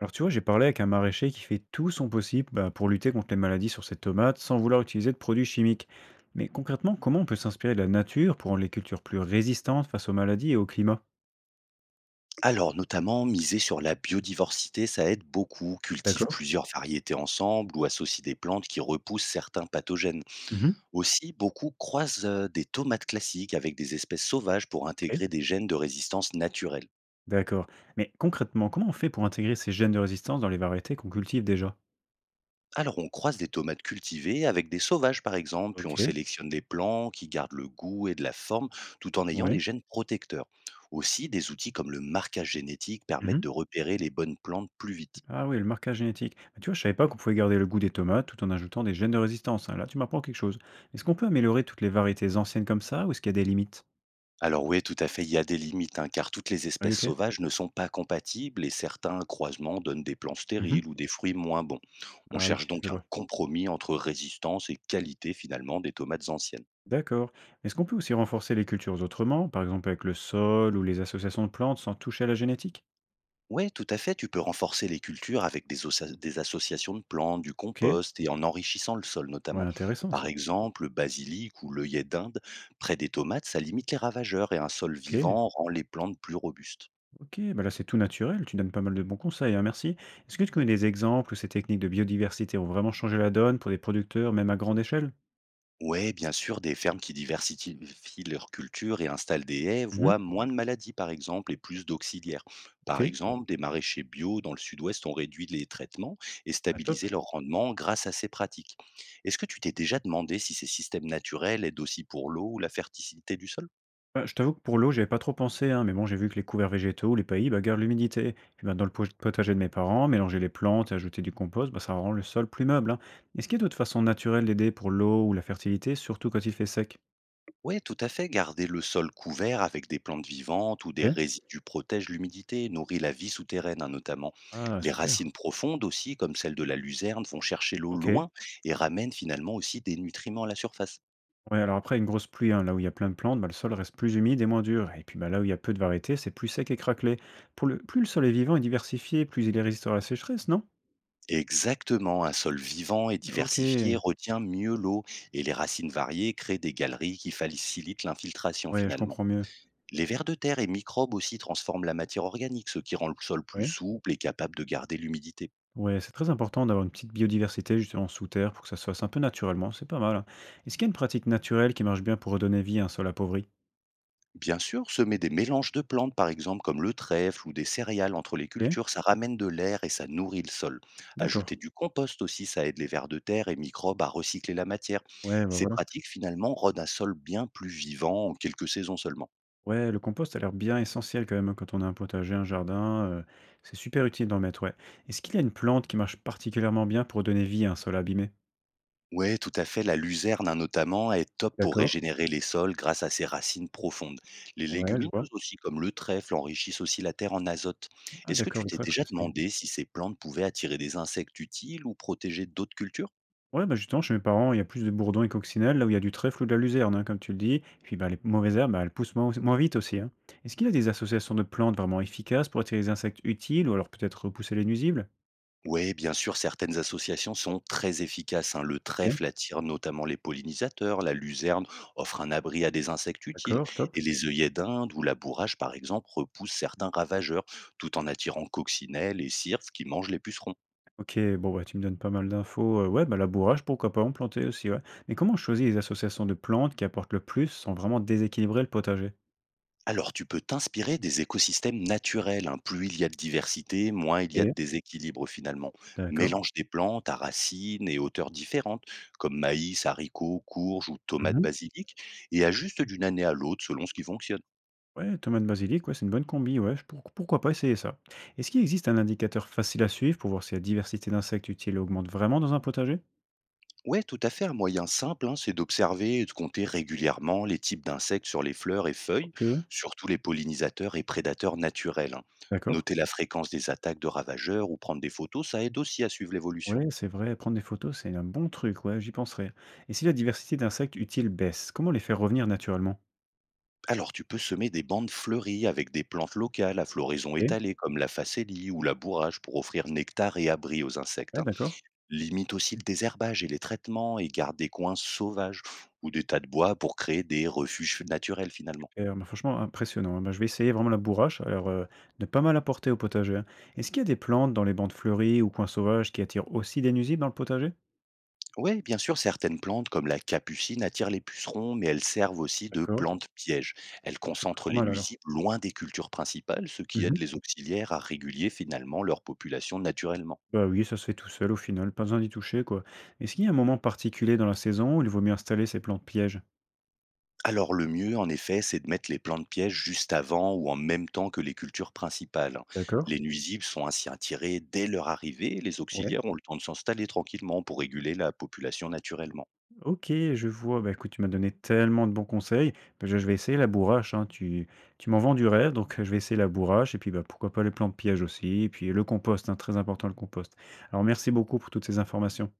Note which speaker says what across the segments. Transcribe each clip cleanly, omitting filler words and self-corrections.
Speaker 1: Alors tu vois, j'ai parlé avec un maraîcher qui fait tout son possible, bah, pour lutter contre les maladies sur ses tomates sans vouloir utiliser de produits chimiques. Mais concrètement, comment on peut s'inspirer de la nature pour rendre les cultures plus résistantes face aux maladies et au climat?
Speaker 2: Alors, notamment, miser sur la biodiversité, ça aide beaucoup. Cultive
Speaker 1: D'accord.
Speaker 2: plusieurs variétés ensemble ou associe des plantes qui repoussent certains pathogènes.
Speaker 1: Mhm.
Speaker 2: Aussi, beaucoup croisent des tomates classiques avec des espèces sauvages pour
Speaker 1: Ok.
Speaker 2: intégrer des gènes de résistance naturelle.
Speaker 1: D'accord. Mais concrètement, comment on fait pour intégrer ces gènes de résistance dans les variétés qu'on cultive déjà?
Speaker 2: Alors, on croise des tomates cultivées avec des sauvages, par exemple, puis on
Speaker 1: Ok.
Speaker 2: sélectionne des plants qui gardent le goût et de la forme tout en ayant des
Speaker 1: Oui.
Speaker 2: gènes protecteurs. Aussi, des outils comme le marquage génétique permettent
Speaker 1: Mhm.
Speaker 2: de repérer les bonnes plantes plus vite.
Speaker 1: Ah oui, le marquage génétique. Bah, tu vois, je savais pas qu'on pouvait garder le goût des tomates tout en ajoutant des gènes de résistance, hein. Là, tu m'apprends quelque chose. Est-ce qu'on peut améliorer toutes les variétés anciennes comme ça ou est-ce qu'il y a des limites?
Speaker 2: Alors oui, tout à fait, il y a des limites, hein, car toutes les
Speaker 1: Ah oui,
Speaker 2: espèces
Speaker 1: ok.
Speaker 2: sauvages ne sont pas compatibles et certains croisements donnent des plants
Speaker 1: Mhm.
Speaker 2: stériles ou des fruits moins bons. On
Speaker 1: Ah
Speaker 2: cherche
Speaker 1: oui,
Speaker 2: donc
Speaker 1: je
Speaker 2: un
Speaker 1: vois.
Speaker 2: compromis entre résistance et qualité finalement des tomates anciennes.
Speaker 1: D'accord. Est-ce qu'on peut aussi renforcer les cultures autrement, par exemple avec le sol ou les associations de plantes sans toucher à la génétique?
Speaker 2: Oui, tout à fait, tu peux renforcer les cultures avec des, des associations de plantes, du
Speaker 1: Ok, ouais,
Speaker 2: compost et en enrichissant le sol notamment.
Speaker 1: intéressant
Speaker 2: Par
Speaker 1: ça.
Speaker 2: exemple, le basilic ou l'œillet d'Inde, près des tomates, ça limite les ravageurs et un sol
Speaker 1: Ok,
Speaker 2: vivant rend les plantes plus robustes.
Speaker 1: ok, bah là c'est tout naturel, tu donnes pas mal de bons conseils, hein, merci. Est-ce que tu connais des exemples où ces techniques de biodiversité ont vraiment changé la donne pour des producteurs, même à grande échelle?
Speaker 2: Ouais, bien sûr, des fermes qui diversifient leur culture et installent des haies
Speaker 1: Mhm.
Speaker 2: voient moins de maladies, par exemple, et plus d'auxiliaires.
Speaker 1: Ok,
Speaker 2: Par exemple, des maraîchers bio dans le sud-ouest ont réduit les traitements et
Speaker 1: ah,
Speaker 2: stabilisé
Speaker 1: top.
Speaker 2: leur rendement grâce à ces pratiques. Est-ce que tu t'es déjà demandé si ces systèmes naturels aident aussi pour l'eau ou la fertilité du sol?
Speaker 1: Bah, je t'avoue que pour l'eau, j'avais pas trop pensé, hein, mais bon, j'ai vu que les couverts végétaux, les paillis, bah, gardent l'humidité. Puis bah, dans le potager de mes parents, mélanger les plantes et ajouter du compost, bah, ça rend le sol plus meuble, hein. Est-ce qu'il y a d'autres façons naturelles d'aider pour l'eau ou la fertilité, surtout quand il fait sec?
Speaker 2: Ouais, tout à fait. Garder le sol couvert avec des plantes vivantes ou des
Speaker 1: Ok.
Speaker 2: résidus protège l'humidité, nourrit la vie souterraine, hein, notamment.
Speaker 1: Ah,
Speaker 2: Les
Speaker 1: super.
Speaker 2: racines profondes aussi, comme celles de la luzerne, vont chercher l'eau
Speaker 1: Ok.
Speaker 2: loin et ramènent finalement aussi des nutriments à la surface.
Speaker 1: Ouais, alors après, une grosse pluie, hein, là où il y a plein de plantes, bah, le sol reste plus humide et moins dur. Et puis bah, là où il y a peu de variétés, c'est plus sec et craquelé. Plus le sol est vivant et diversifié, plus il est résistant à la sécheresse, non?
Speaker 2: Exactement, un sol vivant et
Speaker 1: Ok.
Speaker 2: diversifié retient mieux l'eau et les racines variées créent des galeries qui facilitent l'infiltration
Speaker 1: Ouais, je
Speaker 2: finalement.
Speaker 1: comprends mieux.
Speaker 2: Les vers de terre et microbes aussi transforment la matière organique, ce qui rend le sol plus
Speaker 1: Ouais.
Speaker 2: souple et capable de garder l'humidité.
Speaker 1: Ouais, c'est très important d'avoir une petite biodiversité justement sous terre pour que ça se fasse un peu naturellement, c'est pas mal, hein. Est-ce qu'il y a une pratique naturelle qui marche bien pour redonner vie à un sol appauvri?
Speaker 2: Bien sûr, semer des mélanges de plantes, par exemple, comme le trèfle ou des céréales entre les
Speaker 1: Ok,
Speaker 2: cultures, ça ramène de l'air et ça nourrit le sol. Ajouter
Speaker 1: d'accord.
Speaker 2: du compost aussi, ça aide les vers de terre et microbes à recycler la matière.
Speaker 1: Ouais, bah
Speaker 2: Ces
Speaker 1: voilà.
Speaker 2: pratiques, finalement, rendent un sol bien plus vivant en quelques saisons seulement.
Speaker 1: Ouais, le compost a l'air bien essentiel quand même, hein, quand on a un potager, un jardin. C'est super utile d'en mettre, ouais. Est-ce qu'il y a une plante qui marche particulièrement bien pour redonner vie à un sol abîmé?
Speaker 2: Ouais, tout à fait. La luzerne, hein, notamment, est top pour
Speaker 1: D'accord.
Speaker 2: régénérer les sols grâce à ses racines profondes. Les
Speaker 1: Ouais, je
Speaker 2: légumineuses
Speaker 1: vois.
Speaker 2: aussi, comme le trèfle, enrichissent aussi la terre en azote.
Speaker 1: Ah
Speaker 2: Est-ce que
Speaker 1: d'accord,
Speaker 2: tu
Speaker 1: le
Speaker 2: t'es
Speaker 1: trèfle
Speaker 2: déjà
Speaker 1: aussi, hein.
Speaker 2: demandé si ces plantes pouvaient attirer des insectes utiles ou protéger d'autres cultures?
Speaker 1: Ouais, bah, justement, chez mes parents, il y a plus de bourdons et coccinelles, là où il y a du trèfle ou de la luzerne, hein, comme tu le dis. Et puis, bah, les mauvaises herbes, bah, elles poussent moins, moins vite aussi, hein. Est-ce qu'il y a des associations de plantes vraiment efficaces pour attirer les insectes utiles ou alors peut-être repousser les nuisibles?
Speaker 2: Ouais, bien sûr, certaines associations sont très efficaces, hein. Le
Speaker 1: Ok,
Speaker 2: trèfle attire notamment les pollinisateurs, la luzerne offre un abri à des insectes utiles,
Speaker 1: d'accord, top.
Speaker 2: et les œillets d'Inde ou la bourrache, par exemple, repoussent certains ravageurs, tout en attirant coccinelles et cirques qui mangent les pucerons.
Speaker 1: Ok, bon, bah, tu me donnes pas mal d'infos. Ouais, bah, labourage, pourquoi pas en planter aussi, ouais. Mais comment on choisit les associations de plantes qui apportent le plus sans vraiment déséquilibrer le potager?
Speaker 2: Alors, tu peux t'inspirer des écosystèmes naturels, hein. Plus il y a de diversité, moins il y a de
Speaker 1: Ok,
Speaker 2: déséquilibre finalement.
Speaker 1: d'accord.
Speaker 2: Mélange des plantes à racines et hauteurs différentes, comme maïs, haricots, courges ou tomates basilic, et ajuste d'une année à l'autre selon ce qui fonctionne.
Speaker 1: Ouais, tomate basilic, ouais, c'est une bonne combi, ouais, pourquoi pas essayer ça. Est-ce qu'il existe un indicateur facile à suivre pour voir si la diversité d'insectes utiles augmente vraiment dans un potager?
Speaker 2: Ouais, tout à fait. Un moyen simple, hein, c'est d'observer et de compter régulièrement les types d'insectes sur les fleurs et feuilles,
Speaker 1: Ok.
Speaker 2: surtout les pollinisateurs et prédateurs naturels, hein.
Speaker 1: D'accord.
Speaker 2: Noter la fréquence des attaques de ravageurs ou prendre des photos, ça aide aussi à suivre l'évolution.
Speaker 1: Ouais, c'est vrai, prendre des photos, c'est un bon truc, ouais, j'y penserai. Et si la diversité d'insectes utiles baisse, comment les faire revenir naturellement?
Speaker 2: Alors tu peux semer des bandes fleuries avec des plantes locales à floraison
Speaker 1: Ok.
Speaker 2: étalée comme la phacélie ou la bourrage pour offrir nectar et abri aux insectes,
Speaker 1: Ouais,
Speaker 2: hein.
Speaker 1: d'accord.
Speaker 2: Limite aussi le désherbage et les traitements et garde des coins sauvages ou des tas de bois pour créer des refuges naturels finalement.
Speaker 1: Super, bah franchement impressionnant, hein. Bah, je vais essayer vraiment la bourrache, alors de pas mal apporter au potager, hein. Est-ce qu'il y a des plantes dans les bandes fleuries ou coins sauvages qui attirent aussi des nuisibles dans le potager?
Speaker 2: Oui, bien sûr, certaines plantes comme la capucine attirent les pucerons, mais elles servent aussi de
Speaker 1: D'accord.
Speaker 2: plantes pièges. Elles
Speaker 1: Bon, c'est pas
Speaker 2: concentrent
Speaker 1: trop
Speaker 2: les
Speaker 1: mal alors.
Speaker 2: nuisibles loin des cultures principales, ce qui aide les auxiliaires à réguler finalement leur population naturellement.
Speaker 1: Bah oui, ça se fait tout seul au final, pas besoin d'y toucher quoi. Est-ce qu'il y a un moment particulier dans la saison où il vaut mieux installer ces plantes pièges?
Speaker 2: Alors le mieux, en effet, c'est de mettre les plantes pièges juste avant ou en même temps que les cultures principales.
Speaker 1: D'accord?
Speaker 2: Les nuisibles sont ainsi attirés dès leur arrivée et les
Speaker 1: Ouais.
Speaker 2: auxiliaires ont le temps de s'installer tranquillement pour réguler la population naturellement.
Speaker 1: Ok, je vois. Bah écoute, tu m'as donné tellement de bons conseils. Bah, je vais essayer la bourrache, hein. Tu m'en vends du rêve, donc je vais essayer la bourrache et puis bah pourquoi pas les plantes pièges aussi, et puis le compost, hein, très important le compost. Alors merci beaucoup pour toutes ces informations.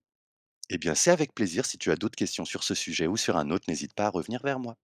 Speaker 2: Eh bien, c'est avec plaisir. Si tu as d'autres questions sur ce sujet ou sur un autre, n'hésite pas à revenir vers moi.